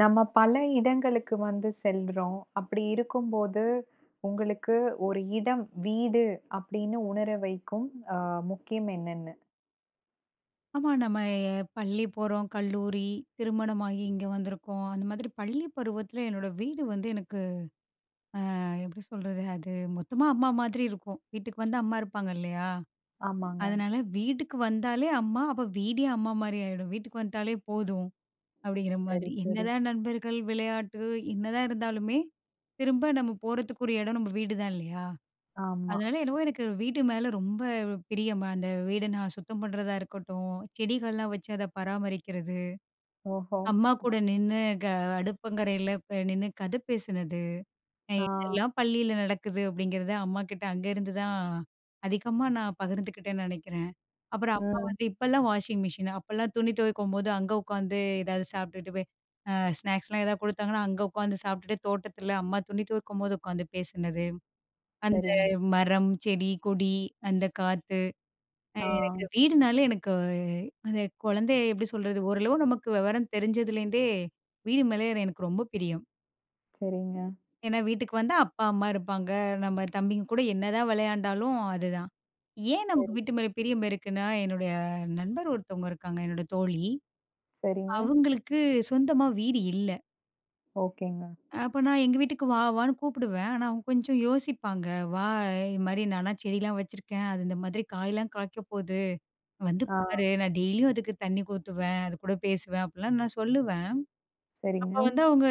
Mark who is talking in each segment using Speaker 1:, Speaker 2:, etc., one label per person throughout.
Speaker 1: நம்ம பல இடங்களுக்கு வந்து செல்றோம். அப்படி இருக்கும்போது, உங்களுக்கு ஒரு இடம், வீடு அப்படின்னு உணர வைக்கும் அ முக்கியம் என்னன்னு?
Speaker 2: ஆமா. நம்ம பள்ளி போறோம், கல்லூரி, திருமணமாகி இங்க வந்திருக்கோம். அந்த மாதிரி பள்ளி பருவத்தில என்னோட வீடு வந்து எனக்கு எப்படி சொல்றது? அது மொத்தமா அம்மா மாதிரி இருக்கும். வீட்டுக்கு வந்தா அம்மா இருப்பாங்க இல்லையா?
Speaker 1: ஆமாங்க.
Speaker 2: அதனால வீட்டுக்கு வந்தாலே அம்மா, அப்ப வீடே அம்மா மாரி ஆயிடும். வீட்டுக்கு வந்துட்டாலே போதும் அப்படிங்கிற
Speaker 1: சரி,
Speaker 2: மாதிரி.
Speaker 1: சரி.
Speaker 2: என்னதான் நண்பர்கள், விளையாட்டு என்னதான் இருந்தாலுமே, திரும்ப நம்ம போறதுக்கு ஒரு இடம் நம்ம வீடு தான் இல்லையா?
Speaker 1: ஆமா.
Speaker 2: அதனால என்னவோ எனக்கு வீட்டு மேல ரொம்ப பிரியம். அந்த வீட நான் சுத்தம் பண்றதா இருக்கட்டும், செடிகள்லாம் வச்சு அத பராமரிக்கிறது.
Speaker 1: ஓஹோ!
Speaker 2: அம்மா கூட நின்னு க அடுப்பங்கரையில நின்னு கதை பேசினது.
Speaker 1: ஆ.
Speaker 2: இதெல்லாம் பள்ளியில நடக்குது அப்படிங்கிறத அம்மாகிட்ட அங்கேருந்து தான் அதிகமா நான் பகிர்ந்துக்கிட்டேன்னு நெனைக்கிறேன். அப்புறம் அம்மா
Speaker 1: ம்.
Speaker 2: வந்து இப்பல்லாம் வாஷிங் மிஷின். அப்பல்லாம் துணி துவைக்கும்போது அங்க உட்காந்து ஏதாவது சாப்பிட்டுட்டு போய் அ ஸ்நாக்ஸ்லாம் ஏதாவது குடுத்தாங்கன்னா, அங்க உட்காந்து சாப்பிட்டுட்டு தோட்டத்தில அம்மா துணி துவைக்கும்போது உட்காந்து பேசினது. அந்த
Speaker 1: சரிங்க.
Speaker 2: மரம், செடி, கொடி, அந்த காத்து
Speaker 1: ஆ.
Speaker 2: எனக்கு வீடுனாலே எனக்கு அந்த குழந்தை எப்படி சொல்றது? ஓரளவு நமக்கு விவரம் தெரிஞ்சதுலேருந்தே வீடு மேலே எனக்கு ரொம்ப பிரியம்.
Speaker 1: சரிங்க.
Speaker 2: ஏன்னா வீட்டுக்கு வந்தா அப்பா, அம்மா இருப்பாங்க. நம்ம தம்பிங்க கூட என்னதான் விளையாண்டாலும் அதுதான். ஏன் நமக்கு
Speaker 1: சரி,
Speaker 2: வீட்டு மேல பிரியம் இருக்குன்னா, என்னுடைய நண்பர் ஒருத்தவங்க இருக்காங்க, என்னோட தோழி.
Speaker 1: சரிங்க.
Speaker 2: அவங்களுக்கு சொந்தமா வீடு இல்ல.
Speaker 1: ஓகேங்க.
Speaker 2: அப்ப நான் எங்க வீட்டுக்கு வா வான்னு கூப்பிடுவேன். ஆனா அவங்க கொஞ்சம் யோசிப்பாங்க. வா இது மாரி நானா செடிலாம் வச்சிருக்கேன். அது இந்த மாதிரி காயெல்லாம் காய்க்க போது. வந்து
Speaker 1: ஆ.
Speaker 2: பாரு, நான் டெய்லியும் அதுக்கு தண்ணி ஊத்துவேன். அது கூட பேசுவேன் அப்டிலாம் நான் சொல்லுவேன். அப்ப
Speaker 1: சரிங்க.
Speaker 2: வந்து அவங்க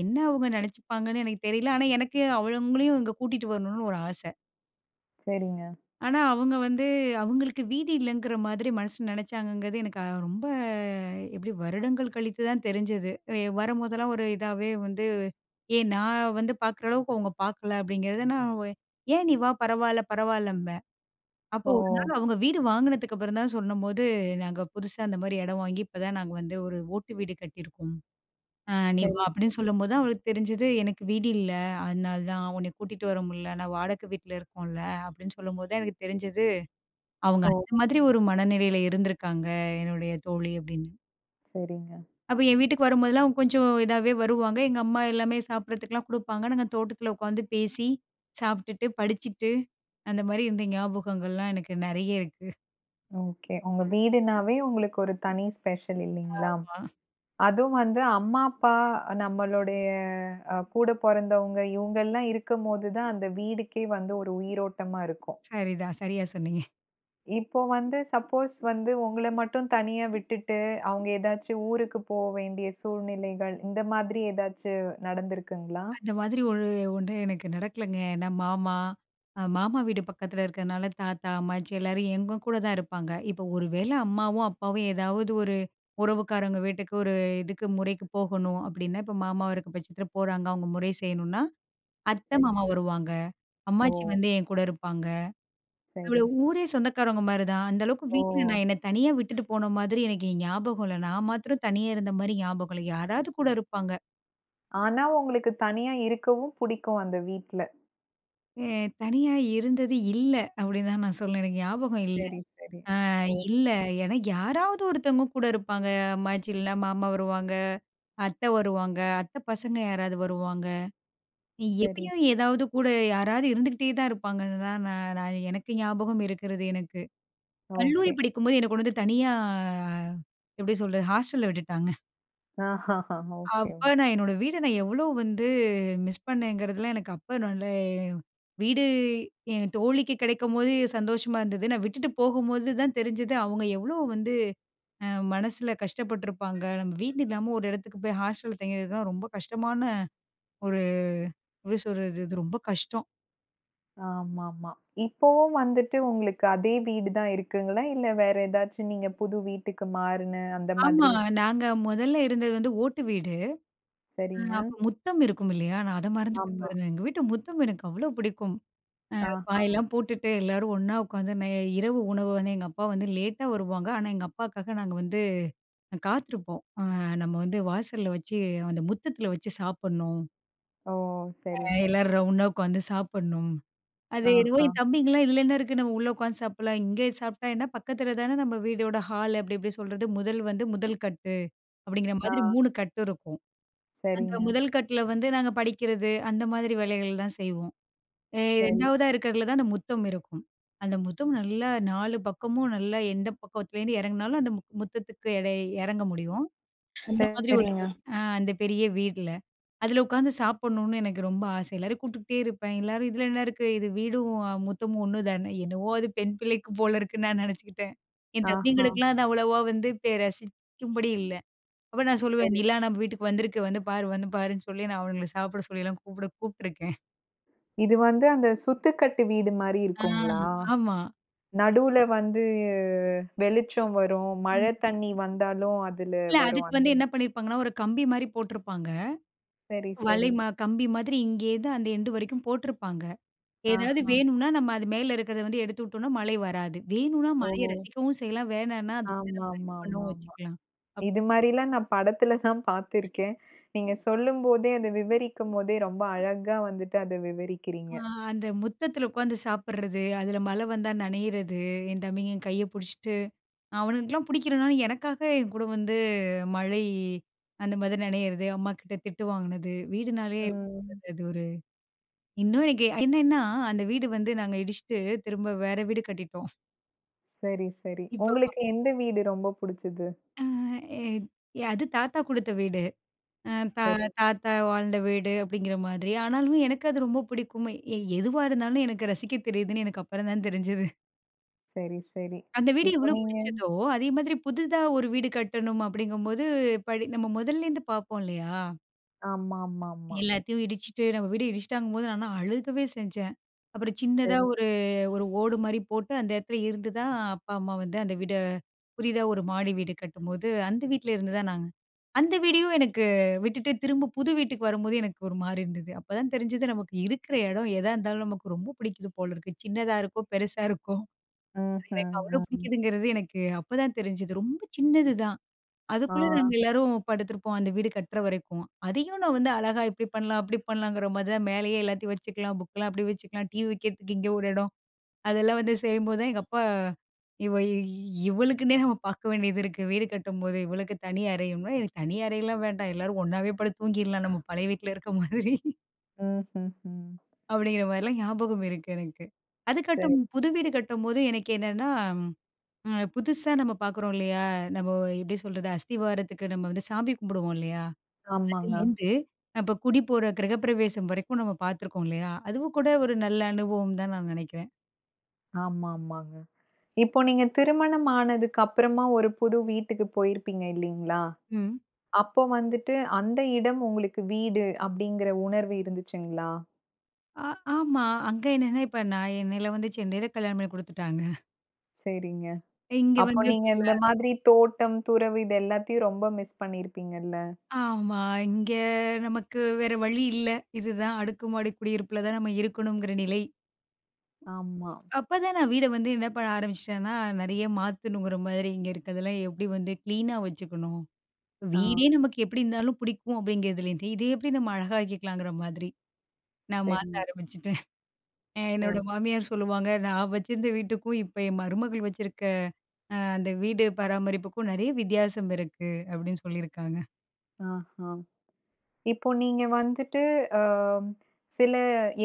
Speaker 2: என்ன அவங்க நெனச்சுப்பாங்கன்னு எனக்கு தெரியல. ஆனா எனக்கு அவங்களையும் இங்க கூட்டிட்டு வரணும்னு ஒரு ஆசை.
Speaker 1: சரிங்க.
Speaker 2: ஆனா அவங்க வந்து அவங்களுக்கு வீடு இல்லங்கிற மாதிரி மனசுல நெனச்சாங்கங்கிறது எனக்கு ரொம்ப எப்டி வருடங்கள் கழித்து தான் தெரிஞ்சது. வரும்போதெல்லாம் ஒரு இதாவே வந்து, "ஏய் நான் வந்து பாக்குற அளவுக்கு அவங்க பாக்கல" அப்டிங்கிறத நான் "ஏன் நீ வா பரவால்ல, பரவால்ல." அப்போ
Speaker 1: ஓ!
Speaker 2: ஒரு நாள் அவங்க வீடு வாங்குனதுக்கு அப்புறம் தான் சொல்லும்போது, "நாங்க புதுசா அந்த மாரி இடம் வாங்கி இப்ப தான் நாங்க வந்து ஒரு ஓட்டு வீடு கட்டியிருக்கோம். நீ
Speaker 1: சரி.
Speaker 2: வா" அப்படின்னு சொல்லும்போது தான் அவளுக்கு தெரிஞ்சது, "எனக்கு வீடு இல்ல. அதனால தான் உன்னை கூட்டிட்டு வர முடியல. நான் வாடகை வீட்ல இருக்கோம்ல." அப்படின்னு சொல்லும்போது தான் எனக்கு தெரிஞ்சது, அவங்க
Speaker 1: ஓ!
Speaker 2: அந்த மாதிரி ஒரு மனநிலையில இருந்திருக்காங்க, என்னுடைய தோழி அப்படின்னு.
Speaker 1: சரிங்க.
Speaker 2: அப்ப என் வீட்டுக்கு வரும்போதெல்லாம் அவங்க கொஞ்சம் இதாவே வருவாங்க. எங்க அம்மா எல்லாமே சாப்பிடறதுக்குலாம் குடுப்பாங்க. நாங்க தோட்டத்துல உட்காந்து பேசி, சாப்பிட்டுட்டு, படிச்சுட்டு, அந்த மாரி இருந்த ஞாபகங்கள்லாம் எனக்கு நெறைய இருக்கு.
Speaker 1: ஓகே. உங்க வீடுனாவே உங்களுக்கு ஒரு தனி ஸ்பெஷல் இல்லைங்களா?
Speaker 2: ஆமா.
Speaker 1: அதுவும் வந்து அம்மா, அப்பா, நம்மளுடைய கூட பொறந்தவங்க இவங்கெல்லாம் இருக்கும்போது தான் அந்த வீடுக்கே வந்து ஒரு உயிரோட்டமா இருக்கும்.
Speaker 2: சரிதான். சரியா சொன்னீங்க.
Speaker 1: இப்போ வந்து சப்போஸ் வந்து உங்கள மட்டும் தனியா விட்டுட்டு, அவங்க ஏதாச்சும் ஊருக்கு போ வேண்டிய சூழ்நிலைகள், இந்த மாதிரி ஏதாச்சும் நடந்திருக்குங்களா?
Speaker 2: அந்த மாதிரி ஒரு ஒன்று எனக்கு நடக்கலங்க. நான் மாமா, மாமா வீடு பக்கத்துல இருக்கிறனால தாத்தா, அம்மாச்சி எல்லாரும் எங்க கூட தான் இருப்பாங்க. இப்போ ஒரு வேளை அம்மாவும், அப்பாவும் ஏதாவது ஒரு உறவுக்காரவங்க வீட்டுக்கு ஒரு இதுக்கு முறைக்கு போகணும் அப்படின்னா, இப்போ மாமா இருக்க பட்சத்துல போறாங்க, அவங்க முறை செய்யணும்னா, அத்தை, மாமா
Speaker 1: சரிங்க.
Speaker 2: வருவாங்க.
Speaker 1: ஓ!
Speaker 2: அம்மாச்சி வந்து என் கூட இருப்பாங்க. நம்மள
Speaker 1: சரி.
Speaker 2: ஊரே சொந்தக்காரவங்க மாரி தான். அந்த அளவுக்கு
Speaker 1: ஓ!
Speaker 2: வீட்ல நான் என்ன தனியா விட்டுட்டு போன மாதிரி எனக்கு ஞாபகம் இல்ல. நான் மாத்திரம் தனியா இருந்த மாரி ஞாபகம் இல்ல. யாராவது கூட இருப்பாங்க.
Speaker 1: ஆனா உங்களுக்கு தனியா இருக்கவும் புடிக்கும் அந்த வீட்ல.
Speaker 2: அ தனியா இருந்தது இல்ல, அப்படின்னு தான் நான் சொல்லுவேன். எனக்கு ஞாபகம் இல்ல.
Speaker 1: சரி, சரி.
Speaker 2: அ
Speaker 1: ஓ!
Speaker 2: இல்ல. ஏன்னா யாராவது ஒருத்தவங்க கூட இருப்பாங்க. அம்மாச்சி இல்லன்னா மாமா வருவாங்க, அத்தை வருவாங்க, அத்தை பசங்க யாராவது வருவாங்க.
Speaker 1: சரி.
Speaker 2: எப்பயும் ஏதாவது கூட யாராவது இருந்துகிட்டே தான் இருப்பாங்கன்னு தான் நான் நான் எனக்கு ஞாபகம் இருக்கிறது எனக்கு. கல்லூரி
Speaker 1: ஓகே.
Speaker 2: படிக்கும்போது என்ன கொண்டு வந்து தனியா எப்படி சொல்றது? ஹாஸ்டல்ல விட்டுட்டாங்க.
Speaker 1: ஆஹா. ஓகே,
Speaker 2: அப்ப நான் என்னோட வீட நான் எவ்வளோ வந்து மிஸ் பண்ணேங்கிறதுலாம் எனக்கு அப்ப நல்ல வீடு என் தோழிக்கு கிடைக்கும்போது சந்தோஷமா இருந்தது. நான் விட்டுட்டு போகும்போது தான் தெரிஞ்சது, அவங்க எவ்வளோ வந்து அ மனசுல கஷ்டப்பட்டுருப்பாங்க. நம்ம வீடு இல்லாம ஒரு இடத்துக்கு போய் ஹாஸ்டல்ல தங்கிறதுலாம் ரொம்ப கஷ்டமான ஒரு எப்படி சொல்றது? இது ரொம்ப கஷ்டம்.
Speaker 1: ஆமாமா. இப்பவும் வந்துட்டு உங்களுக்கு அதே வீடு தான் இருக்குங்களா? இல்ல வேற ஏதாச்சும் நீங்க புது வீட்டுக்கு மாறுன அந்த
Speaker 2: ஆமா.
Speaker 1: மாதிரி.
Speaker 2: நாங்க முதல்ல இருந்தது வந்து ஓட்டு வீடு.
Speaker 1: சரிங்க.
Speaker 2: அப்ப முத்தம் இருக்கும் இல்லையா? நான் அத மறந்துட்டேன்
Speaker 1: ஆமா.
Speaker 2: பாருங்க. எங்க வீட்டு முத்தம் எனக்கு அவ்வளோ பிடிக்கும்.
Speaker 1: ஆஹா.
Speaker 2: பாயெல்லாம் போட்டுட்டு எல்லாரும் ஒண்ணா உட்காந்து இரவு உணவு வந்து எங்க அப்பா வந்து லேட்டா வருவாங்க. ஆனா, எங்க அப்பாக்காக நாங்க வந்து காத்திருப்போம். நம்ம வந்து வாசல்ல வச்சு அந்த முத்தத்தில வச்சு சாப்பிடணும்.
Speaker 1: ஓ! சரிங்க.
Speaker 2: எல்லாரும் ரவுண்டா உட்காந்து சாப்பிடணும். அது என்னவோ
Speaker 1: ஆஹா.
Speaker 2: என் தம்பிங்கலாம் இதில என்ன இருக்கு நம்ம உள்ள உட்காந்து சாப்பிடலாம். இங்கே சாப்பிட்டா என்ன பக்கத்தில தானே நம்ம வீடோட ஹால் அப்படி இப்படி சொல்றது. முதல் வந்து முதல் கட்டு அப்படிங்கிற
Speaker 1: ஆ.
Speaker 2: மாதிரி 3 கட்டு இருக்கும். அந்த
Speaker 1: சரிங்க.
Speaker 2: முதல் கட்டுல வந்து நாங்க படிக்கிறது அந்த மாதிரி வேலைகள் தான் செய்வோம். ஏ
Speaker 1: சரி.
Speaker 2: 2வதா இருக்கிறதுல தான் அந்த முத்தம் இருக்கும். அந்த முத்தம் நல்லா 4 பக்கமும் நல்லா எந்த பக்கத்துலேருந்து இறங்குனாலும் அந்த முத்தத்துக்கு எடை இறங்க முடியும். அந்த மாதிரி ஒரு
Speaker 1: சரிங்க.
Speaker 2: அந்த பெரிய வீட்ல. அதில உட்காந்து சாப்பிடணும்னு எனக்கு ரொம்ப ஆசை. எல்லாரையும் கூப்பிட்டுக்கிட்டே இருப்பேன். எல்லாரும் இதில என்ன இருக்கு? இது வீடும் முத்தமும் ஒண்ணு தானே! என்னவோ அது பெண் பிள்ளைக்கு போல இருக்குன்னு நான் நினச்சுக்கிட்டேன். என்
Speaker 1: ஆஹா.
Speaker 2: தம்பிங்களுக்கெல்லாம் அது அவ்வளவா வந்து ரசிக்கும்படி இல்ல. அப்ப நான் சொல்லுவேன்,
Speaker 1: சரி.
Speaker 2: "நிலா நம்ம வீட்டுக்கு வந்திருக்கு. வந்து பாரு, வந்து பாருன்னு" சொல்லி நான் அவனுங்கள சாப்பிட சொல்லிலாம் கூப்பிட்டுருக்கேன்.
Speaker 1: இது வந்து அந்த சுத்துக்கட்டு வீடு மாரி
Speaker 2: ஆ
Speaker 1: இருக்குங்களா?
Speaker 2: ஆமா. அதுக்கு
Speaker 1: நடுவுல வந்து வெளிச்சம் வரும். மழை தண்ணி வந்தாலும் அதுல
Speaker 2: இல்ல
Speaker 1: வரும்.
Speaker 2: அதுக்கு
Speaker 1: அந்த.
Speaker 2: வந்து என்ன பண்ணியிருப்பாங்கன்னா, ஒரு கம்பி மாரி போட்டிருப்பாங்க.
Speaker 1: சரி,
Speaker 2: வலை
Speaker 1: சரி.
Speaker 2: கம்பி மாதிரி இங்கேருந்து அந்த எண்டு வரைக்கும் போட்டிருப்பாங்க. ஏதாவது
Speaker 1: ஆஹா.
Speaker 2: வேணும்னா நம்ம அது மேல இருக்கிறத வந்து எடுத்து விட்டோம்னா மழை வராது. வேணும்னா
Speaker 1: ஓ!
Speaker 2: மழைய ரசிக்கவும் செய்யலாம். வேணான்னா அது வந்து நம்ம இது பண்ணவும்
Speaker 1: ஆமாமாமாமா.
Speaker 2: வச்சுக்கலாம். அப்
Speaker 1: இது மாரிலாம் நான் படத்துல தான் பார்த்துருக்கேன். நீங்க சொல்லும்போதே, அத விவரிக்கும்போதே ரொம்ப அழகா வந்துட்டு அத
Speaker 2: ஆ
Speaker 1: விவரிக்கிறீங்க.
Speaker 2: அந்த முத்தத்தில உட்காந்து சாப்பிடுறது, அதில மழை வந்தா நனையிறது, என் தம்பிங்க என் கைய புடிச்சுட்டு அவனுங்களுக்குலாம் பிடிக்கலனா எனக்காக என் கூட வந்து மழை அந்த மாதிரி நனையிறது, அம்மாகிட்ட திட்டு வாங்கினது, வீடுனாலே எப்படி
Speaker 1: ம்.
Speaker 2: சொல்றது அது ஒரு இன்னும் எனக்கு என்னன்னா, அந்த வீடு வந்து நாங்க இடிச்சுட்டு, திரும்ப வேற வீடு கட்டிட்டோம்.
Speaker 1: சரி, சரி.
Speaker 2: இப்போ
Speaker 1: உங்களுக்கு எந்த வீடு ரொம்ப புடிச்சது?
Speaker 2: அது தாத்தா குடுத்த வீடு. அ தா
Speaker 1: சரி,
Speaker 2: தாத்தா வாழ்ந்த வீடு அப்படிங்கிற மாதிரி. ஆனாலும் எனக்கு அது ரொம்ப பிடிக்கும். எதுவா இருந்தாலும் எனக்கு ரசிக்க தெரியுதுன்னு எனக்கு அப்புறம் தான் தெரிஞ்சது.
Speaker 1: சரி, சரி.
Speaker 2: அந்த வீடு
Speaker 1: இப்போ
Speaker 2: எவ்வளோ
Speaker 1: நீங்க.
Speaker 2: பிடிச்சதோ, அதே மாதிரி புதிதா ஒரு வீடு கட்டணும் அப்படிங்கும்போது, படி நம்ம முதல்லேருந்து பார்ப்போம் இல்லையா?
Speaker 1: ஆமாமாமா.
Speaker 2: எல்லாத்தையும் இடிச்சுட்டு நம்ம வீடு இடிச்சுட்டாங்கும்போது நான்லாம் அழுகவே செஞ்சேன். அப்புறம் சின்னதா
Speaker 1: சரி.
Speaker 2: ஒரு ஒரு ஓடு மாரி போட்டு அந்த இடத்துல இருந்து தான் அப்பா, அம்மா வந்து அந்த வீட புதிதா ஒரு மாடி வீடு கட்டும்போது, அந்த வீட்ல இருந்து தான் நாங்க அந்த வீடையும் எனக்கு விட்டுட்டு திரும்ப புது வீட்டுக்கு வரும்போது எனக்கு ஒரு மாரி இருந்தது. அப்பதான் தெரிஞ்சது நமக்கு இருக்கிற இடம் எதா இருந்தாலும் நமக்கு ரொம்ப பிடிக்குது போல இருக்கு. சின்னதா இருக்கோ, பெருசா இருக்கோ,
Speaker 1: ம்ஹ்ம்.
Speaker 2: எனக்கு அவ்ளோ
Speaker 1: ம்.
Speaker 2: பிடிக்குதுங்கிறது எனக்கு அப்பதான் தெரிஞ்சது. ரொம்ப சின்னது தான்.
Speaker 1: ஆ.
Speaker 2: அதுக்குள்ள நாங்க எல்லாரும் படுத்திருப்போம் அந்த வீடு கட்டுற வரைக்கும். அதையும் நான் வந்து அழகா இப்படி பண்ணலாம், அப்படி பண்ணலாங்கிற மாதிரி தான் மேலேயே எல்லாத்தையும் வச்சுக்கலாம், புக்லாம் அப்படி வச்சுக்கலாம், டிவி வைக்கிறதுக்கு இங்க ஒரு இடம். அதெல்லாம் வந்து செய்யும்போது தான் எங்க அப்பா, இவ இ இவளுக்குன்னே நம்ம பார்க்க வேண்டியது இருக்கு. வீடு கட்டும்போது இவளுக்கு தனி அறையும்னா, எனக்கு தனி அறையெல்லாம் வேண்டாம். எல்லாரும் ஒண்ணாவே படுத்து தூங்கிடலாம் நம்ம பழைய வீட்ல இருக்க மாதிரி.
Speaker 1: ம்ஹ்ஹ்ம்.
Speaker 2: அப்படிங்கிற மாதிரிலாம் ஞாபகம் இருக்கு எனக்கு. அது
Speaker 1: சரி.
Speaker 2: கட்டும் புது வீடு கட்டும்போது எனக்கு என்னன்னா, புதுசா நம்ம பார்க்குறோம் இல்லையா? நம்ம எப்படி சொல்றது? அஸ்திவாரத்துக்கு நம்ம வந்து சாமி கும்பிடுவோம் இல்லையா?
Speaker 1: ஆமாங்க.
Speaker 2: அதுலேருந்து இப்ப குடி போற கிரகப்பிரவேசம் வரைக்கும் நம்ம பார்த்துருக்கோம் இல்லையா? அதுவும் கூட ஒரு நல்ல அனுபவம் தான் நான் நினைக்கிறேன்.
Speaker 1: ஆமாமாங்க. இப்போ நீங்க திருமணம் ஆனதுக்கு அப்புறமா ஒரு புது வீட்டுக்கு போயிருப்பீங்க இல்லீங்களா?
Speaker 2: ம்.
Speaker 1: அப்போ வந்துட்டு அந்த இடம் உங்களுக்கு வீடு அப்படிங்கிற உணர்வு இருந்துச்சுங்களா?
Speaker 2: ஆ ஆமா. அங்க என்னன்னா, இப்ப நான் என்னையில வந்து சென்னையில கல்யாணம் பண்ணி குடுத்துட்டாங்க.
Speaker 1: சரிங்க.
Speaker 2: இங்க
Speaker 1: அப்போ
Speaker 2: வந்து
Speaker 1: நீங்க
Speaker 2: ஃபுல்லா
Speaker 1: இந்த மாதிரி தோட்டம், துறவு இது எல்லாத்தையும் ரொம்ப மிஸ் பண்ணியிருப்பீங்கல்ல?
Speaker 2: ஆமா. இங்க நமக்கு வேற வழி இல்ல. இதுதான் அடுக்குமாடி குடியிருப்புல தான் நம்ம இருக்கணுங்கிற நிலை.
Speaker 1: ஆமா.
Speaker 2: அப்பதான் நான் வீட வந்து என்ன பண்ண ஆரம்பிச்சுட்டேன்னா, நெறைய மாத்தணுங்கிற மாதிரி இங்க இருக்கிறதெல்லாம் எப்படி வந்து கிளீனா வச்சுக்கணும்.
Speaker 1: ஆ,
Speaker 2: வீடே நமக்கு எப்படி இருந்தாலும் பிடிக்கும் அப்படிங்கிறதுலேருந்து, இதை எப்படி நம்ம அழகாக்கிக்கலாங்கிற மாதிரி நான் மாத்த
Speaker 1: சரிங்க.
Speaker 2: ஆரம்பிச்சுட்டேன். என்னோட
Speaker 1: ஓ!
Speaker 2: மாமியார் சொல்லுவாங்க, நான் வச்சிருந்த வீட்டுக்கும், இப்ப என் மருமகள் வச்சிருக்க அந்த வீடு பராமரிப்புக்கும் நெறைய வித்தியாசம் இருக்கு அப்படின்னு சொல்லியிருக்காங்க.
Speaker 1: ஆஹா. இப்போ நீங்க வந்துட்டு சில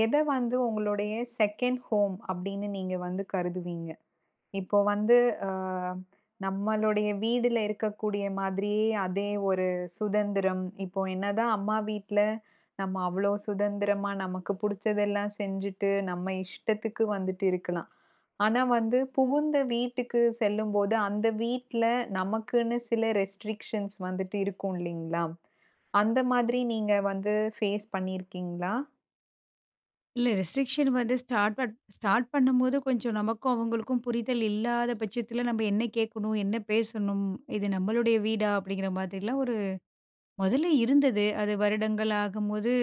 Speaker 1: எத வந்து உங்களுடைய செகண்ட் ஹோம் அப்படின்னு நீங்க வந்து கருதுவீங்க? இப்போ வந்து அ நம்மளுடைய வீடுல இருக்கக்கூடிய மாதிரியே அதே ஒரு சுதந்திரம், இப்போ என்னதான் அம்மா வீட்ல நம்ம அவ்ளோ சுதந்திரமா நமக்கு புடிச்சதெல்லாம் செஞ்சுட்டு, நம்ம இஷ்டத்துக்கு வந்துட்டு இருக்கலாம். ஆனா வந்து புகுந்த வீட்டுக்கு செல்லும்போது, அந்த வீட்ல நமக்குன்னு சில ரெஸ்ட்ரிக்ஷன்ஸ் வந்துட்டு இருக்கும் இல்லைங்களா? அந்த மாதிரி நீங்க வந்து ஃபேஸ் பண்ணியிருக்கீங்களா?
Speaker 2: இல்ல ரெஸ்ட்ரிக்ஷன் வந்து ஸ்டார்ட் பண்ணும்போது கொஞ்சம் நமக்கும் அவங்களுக்கும் புரிதல் இல்லாத பட்சத்தில நம்ம என்ன கேட்கணும், என்ன பேசணும், இது நம்மளுடைய வீடா அப்படிங்கிற மாதிரிலாம் ஒரு முதல்ல இருந்தது. அது வருடங்கள் ஆகும்போது,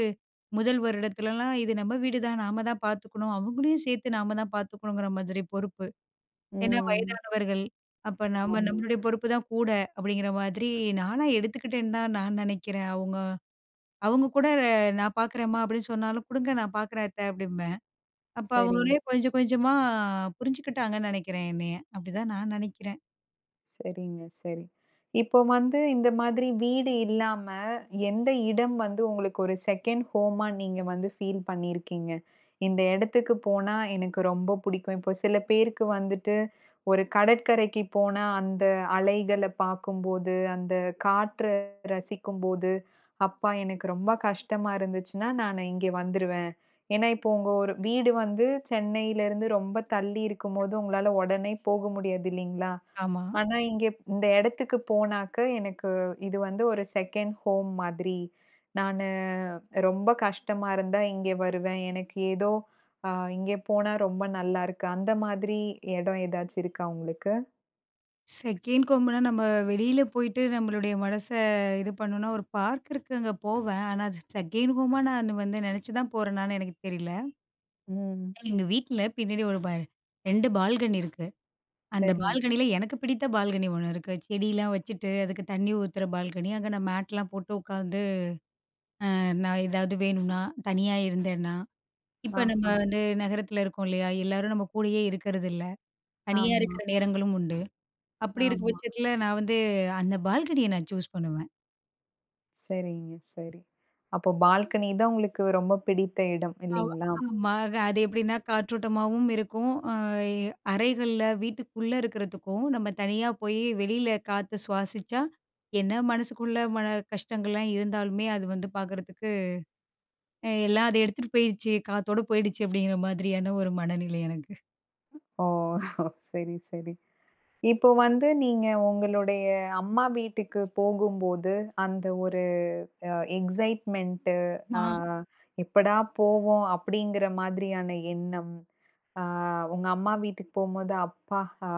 Speaker 2: முதல் வருடத்துலலாம் இது நம்ம வீடு தான், நாம தான் பார்த்துக்கணும், அவங்களையும் சேர்த்து நாம தான் பார்த்துக்கணுங்கிற மாதிரி பொறுப்பு ஏன்னா
Speaker 1: ம்.
Speaker 2: வயதானவர்கள். அப்ப நம்ம
Speaker 1: ஆமா.
Speaker 2: நம்மளுடைய பொறுப்பு தான் கூட அப்படிங்கிற மாதிரி நானா எடுத்துக்கிட்டேன்னு தான் நான் நினைக்கிறேன். அவங்க அவங்க கூட நான் பார்க்குறேம்மா அப்படின்னு சொன்னாலும், "குடுங்க நான் பார்க்குறேன் அத்த" அப்படிம்பேன். அப்ப
Speaker 1: சரி.
Speaker 2: அவங்களே கொஞ்சம் கொஞ்சமா புரிஞ்சுக்கிட்டாங்கன்னு நினைக்கிறேன் என்னைய. அப்படிதான் நான் நினைக்கிறேன்.
Speaker 1: சரிங்க, சரி. இப்போ வந்து இந்த மாதிரி வீடு இல்லாம, எந்த இடம் வந்து உங்களுக்கு ஒரு செகண்ட் ஹோமா நீங்க வந்து ஃபீல் பண்ணியிருக்கீங்க? இந்த இடத்துக்கு போனா எனக்கு ரொம்ப பிடிக்கும். இப்போ சில பேருக்கு வந்துட்டு, ஒரு கடற்கரைக்கு போனா அந்த அலைகள பார்க்கும்போது, அந்த காற்ற ரசிக்கும்போது, "அப்பா எனக்கு ரொம்ப கஷ்டமா இருந்துச்சுன்னா, நானு இங்கே வந்துருவேன்." ஏன்னா, இப்போ உங்க ஒரு வீடு வந்து சென்னையிலேருந்து ரொம்ப தள்ளி இருக்கும்போது, உங்களால உடனே போக முடியாது இல்லைங்களா?
Speaker 2: ஆமா.
Speaker 1: ஆனா, இங்க இந்த இடத்துக்கு போனாக்க, எனக்கு இது வந்து ஒரு செகண்ட் ஹோம் மாதிரி. நானு ரொம்ப கஷ்டமா இருந்தா இங்கே வருவேன். எனக்கு ஏதோ அ இங்கே போனா ரொம்ப நல்லாருக்கு. அந்த மாதிரி இடம் ஏதாச்சும் இருக்கா உங்களுக்கு?
Speaker 2: செகண்ட் கொம்புனா நம்ம வெளியில போயிட்டு நம்மளுடைய மனச இது பண்ணணும்னா ஒரு பார்க் இருக்கு அங்க போவேன். ஆனா அது செகண்ட் ஹோமா நான் வந்து நினைச்சு தான் போறேனான்னு எனக்கு தெரியல.
Speaker 1: ம்.
Speaker 2: எங்க வீட்ல பின்னாடி ஒரு 2 பால்கனி இருக்கு. அந்த
Speaker 1: சரிங்க.
Speaker 2: பால்கனியில எனக்கு பிடித்த பால்கனி ஒண்ணு இருக்கு. செடிலாம் வச்சுட்டு, அதுக்கு தண்ணி ஊத்துற பால்கனி. அங்க நான் மேட்லாம் போட்டு உட்காந்து, நான் ஏதாவது வேணும்னா, தனியா இருந்தேன்னா இப்ப நம்ம
Speaker 1: ஆஹா.
Speaker 2: வந்து நகரத்துல இருக்கோம் இல்லையா? எல்லாரும் நம்ம கூடயே இருக்கிறதில்ல. தனியா
Speaker 1: ஆமா,
Speaker 2: இருக்கிற நேரங்களும் உண்டு. அப்படி இருக்க
Speaker 1: ஆமா.
Speaker 2: பட்சத்துல நான் வந்து அந்த பால்கனிய நான் சூஸ் பண்ணுவேன்.
Speaker 1: சரிங்க, சரி. அப்போ பால்கனி தான் உங்களுக்கு ரொம்ப பிடித்த இடம்
Speaker 2: அவ
Speaker 1: இல்லீங்களா?
Speaker 2: ஆமா. அது எப்படின்னா காற்றோட்டமாவும் இருக்கும். அறைகள்ல வீட்டுக்குள்ள இருக்கிறதுக்கும், நம்ம தனியா போய் வெளியில காத்து சுவாசிச்சா, என்ன மனசுக்குள்ள கஷ்டங்கள்லாம் இருந்தாலுமே, அது வந்து பார்க்கறதுக்கு எல்லாம் அத எடுத்துட்டு போயிடுச்சு, காத்தோட போயிடுச்சு அப்படிங்கிற மாதிரியான ஒரு மனநிலை எனக்கு.
Speaker 1: ஓ! சரி, சரி. இப்போ வந்து நீங்க உங்களுடைய அம்மா வீட்டுக்கு போகும்போது, அந்த ஒரு அ எக்ஸைட்மென்ட்டு அ
Speaker 2: ஆமா.
Speaker 1: எப்படா போவோம்? அப்படிங்கிற மாதிரியான எண்ணம். அ உங்க அம்மா வீட்டுக்கு போம்போது, அப்பா அ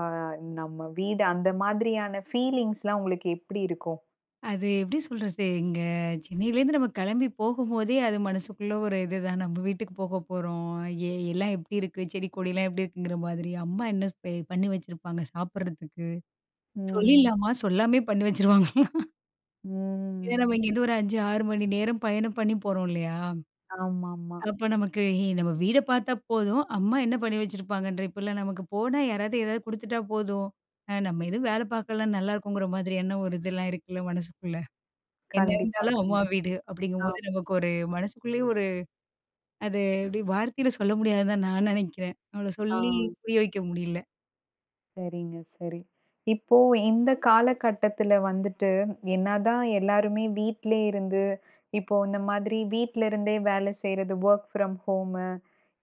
Speaker 1: நம்ம வீடு அந்த மாதிரியான ஃபீலிங்ஸ்லாம் உங்களுக்கு எப்படி இருக்கும்?
Speaker 2: அது எப்படி சொல்றது? இங்க சென்னையிலேருந்து நம்ம கிளம்பி போகும்போதே, அது மனசுக்குள்ள ஒரு இதுதான். நம்ம வீட்டுக்கு போக போறோம். எல்லாம் எப்படி இருக்கு? செடி கொடிலாம் எப்படி இருக்குங்கிற மாதிரி. அம்மா என்ன பண்ணி வச்சிருப்பாங்க சாப்பிடுறதுக்கு?
Speaker 1: ம்.
Speaker 2: சொல்லிடலாமா? சொல்லாமயே பண்ணி வச்சுருவாங்க. ஏன்னா நம்ம
Speaker 1: ம்.
Speaker 2: இங்கேருந்து ஒரு 5, 6 மணி நேரம் பயணம் பண்ணி போறோம் இல்லையா?
Speaker 1: ஆமாமா.
Speaker 2: அப்ப நமக்கு "ஹே நம்ம வீட பார்த்தா போதும், அம்மா என்ன பண்ணி வச்சிருப்பாங்கன்ற" இப்பலாம் நமக்கு போனா யாராவது ஏதாவது குடுத்துட்டா போதும். நம்ம எதுவும் வேலை பார்க்கலனா நல்லாருக்குங்கிற மாதிரியான ஒரு இதெல்லாம் இருக்குல்ல மனசுக்குள்ள. என்ன
Speaker 1: கண்டிப்பா,
Speaker 2: இருந்தாலும் அம்மா
Speaker 1: கண்டிப்பா.
Speaker 2: வீடு
Speaker 1: ஆ,
Speaker 2: அப்படிங்கும்போது நமக்கு ஒரு மனசுக்குள்ளேயே ஒரு அது எப்படி வார்த்தையில சொல்ல முடியாதுன்னு தான் நான் நெனைக்கிறேன். அவள
Speaker 1: ஆ.
Speaker 2: சொல்லி புரிய வைக்க முடியல.
Speaker 1: சரிங்க, சரி. இப்போ இந்த காலகட்டத்தில வந்துட்டு, என்னதான் எல்லாருமே வீட்லயே இருந்து இப்போ இந்த மாதிரி வீட்ல இருந்தே வேலை செய்றது, வொர்க் ஃப்ரம் ஹோமு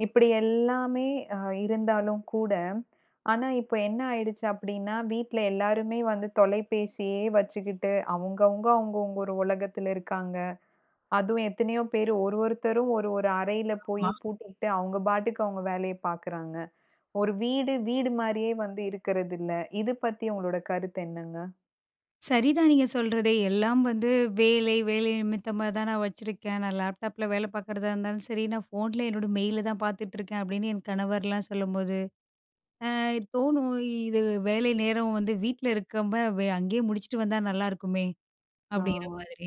Speaker 1: இப்படி எல்லாமே அ இருந்தாலும் கூட, ஆனா இப்போ என்ன ஆயிடுச்சு அப்படின்னா, வீட்ல எல்லாருமே வந்து தொலைபேசியே வச்சுக்கிட்டு, அவங்கவங்க அவங்கவங்க ஒரு உலகத்துல இருக்காங்க. அதுவும் எத்தனையோ பேர் ஒரு ஒருத்தரும் ஒரு ஒரு அறையில போய் பூட்டிக்கிட்டு, அவங்க பாட்டுக்கு அவங்க வேலைய பார்க்குறாங்க. ஒரு வீடு, வீடு மாரியே வந்து இருக்கிறதில்ல. இது பத்தி உங்களோட கருத்து என்னங்க?
Speaker 2: சரிதான் நீங்க சொல்றது. எல்லாம் வந்து வேலை, வேலை நிமித்தமா தான் நான் வச்சிருக்கேன். நான் லேப்டாப்ல வேல பார்க்குறதா இருந்தாலும் சரி, நான் ஃபோன்ல என்னோட மெயில தான் பார்த்துட்டுருக்கேன் அப்படின்னு என் கணவர்லாம் சொல்லும்போது, அ தோணும் இது வேலை நேரம் வந்து வீட்ல இருக்கம்ப அங்கேயே முடிச்சுட்டு வந்தா நல்லாருக்குமே!
Speaker 1: ஆ,
Speaker 2: அப்படிங்கிற மாதிரி.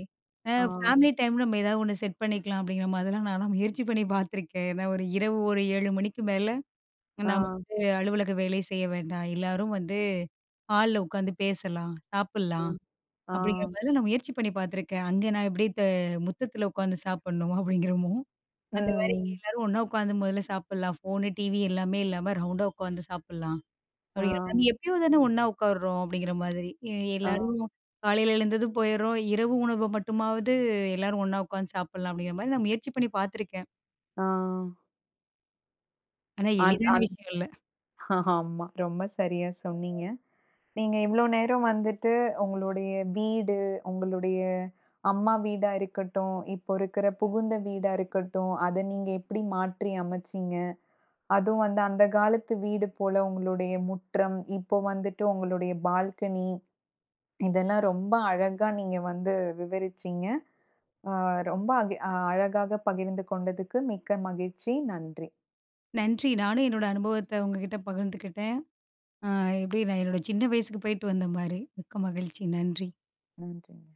Speaker 1: ஆ,
Speaker 2: ஃபேமிலி டைம் நம்ம ஏதாவது ஒண்ணு செட் பண்ணிக்கலாம் அப்படிங்கிற மாதிரிலாம் நான்லாம் முயற்சி பண்ணி பார்த்துருக்கேன். ஏன்னா ஒரு இரவு ஒரு 7 மணிக்கு மேல நம்ம
Speaker 1: ஆ,
Speaker 2: வந்து அலுவலக வேலை செய்ய வேண்டாம். எல்லாரும் வந்து ஹால்ல உட்காந்து பேசலாம், சாப்பிடலாம்.
Speaker 1: ஆ, ஆ,
Speaker 2: அப்படிங்கிற மாதிரிலாம் நான் முயற்சி பண்ணி பார்த்துருக்கேன். அங்க நான் எப்படி முத்தத்தில உட்காந்து சாப்பிடணும் அப்படிங்கிறோமோ, அந்த மாரி இங்க
Speaker 1: ம்,
Speaker 2: எல்லாரும் ஒண்ணா உட்காந்து முதல்ல சாப்பிடலாம். ஃபோனு, டிவி எல்லாமே இல்லாம ரவுண்டா உட்காந்து சாப்பிடலாம்.
Speaker 1: ஆ,
Speaker 2: அப்படிங்கிற மாரி எப்பயோ தானே ஒண்ணா உட்காருறோம் அப்படிங்கிற மாதிரி.
Speaker 1: ஆ,
Speaker 2: எல்லாரும் காலையில எழுந்ததும் போயிடுறோம். இரவு உணவ மட்டுமாவது எல்லாரும் ஒண்ணா உட்காந்து சாப்பிடலாம் அப்படிங்கிற மாரி நான் முயற்சி பண்ணி பார்த்துருக்கேன்.
Speaker 1: ஆ.
Speaker 2: ஆனா
Speaker 1: அத்
Speaker 2: எளிதான
Speaker 1: அத்
Speaker 2: விஷயம் இல்ல.
Speaker 1: ஆமா. ரொம்ப சரியா சொன்னீங்க. நீங்க இவ்ளோ நேரம் வந்துட்டு உங்களுடைய வீடு, உங்களுடைய அம்மா வீடா இருக்கட்டும், இப்போ இருக்கிற புகுந்த வீடா இருக்கட்டும், அத நீங்க எப்படி மாற்றி அமைச்சீங்க? அதுவும் வந்து அந்த காலத்து வீடு போல உங்களுடைய முற்றம், இப்போ வந்துட்டு உங்களுடைய பால்கனி, இதெல்லாம் ரொம்ப அழகா நீங்க வந்து விவரிச்சீங்க. அ ரொம்ப அழகாக பகிர்ந்து கொண்டதுக்கு மிக்க மகிழ்ச்சி. நன்றி.
Speaker 2: நன்றி. நானும் என்னோட அனுபவத்த உங்ககிட்ட பகிர்ந்துக்கிட்டேன். அ எப்படி நான் என்னோட சின்ன வயசுக்கு போயிட்டு வந்த மாரி. மிக்க மகிழ்ச்சி. நன்றி.
Speaker 1: நன்றி.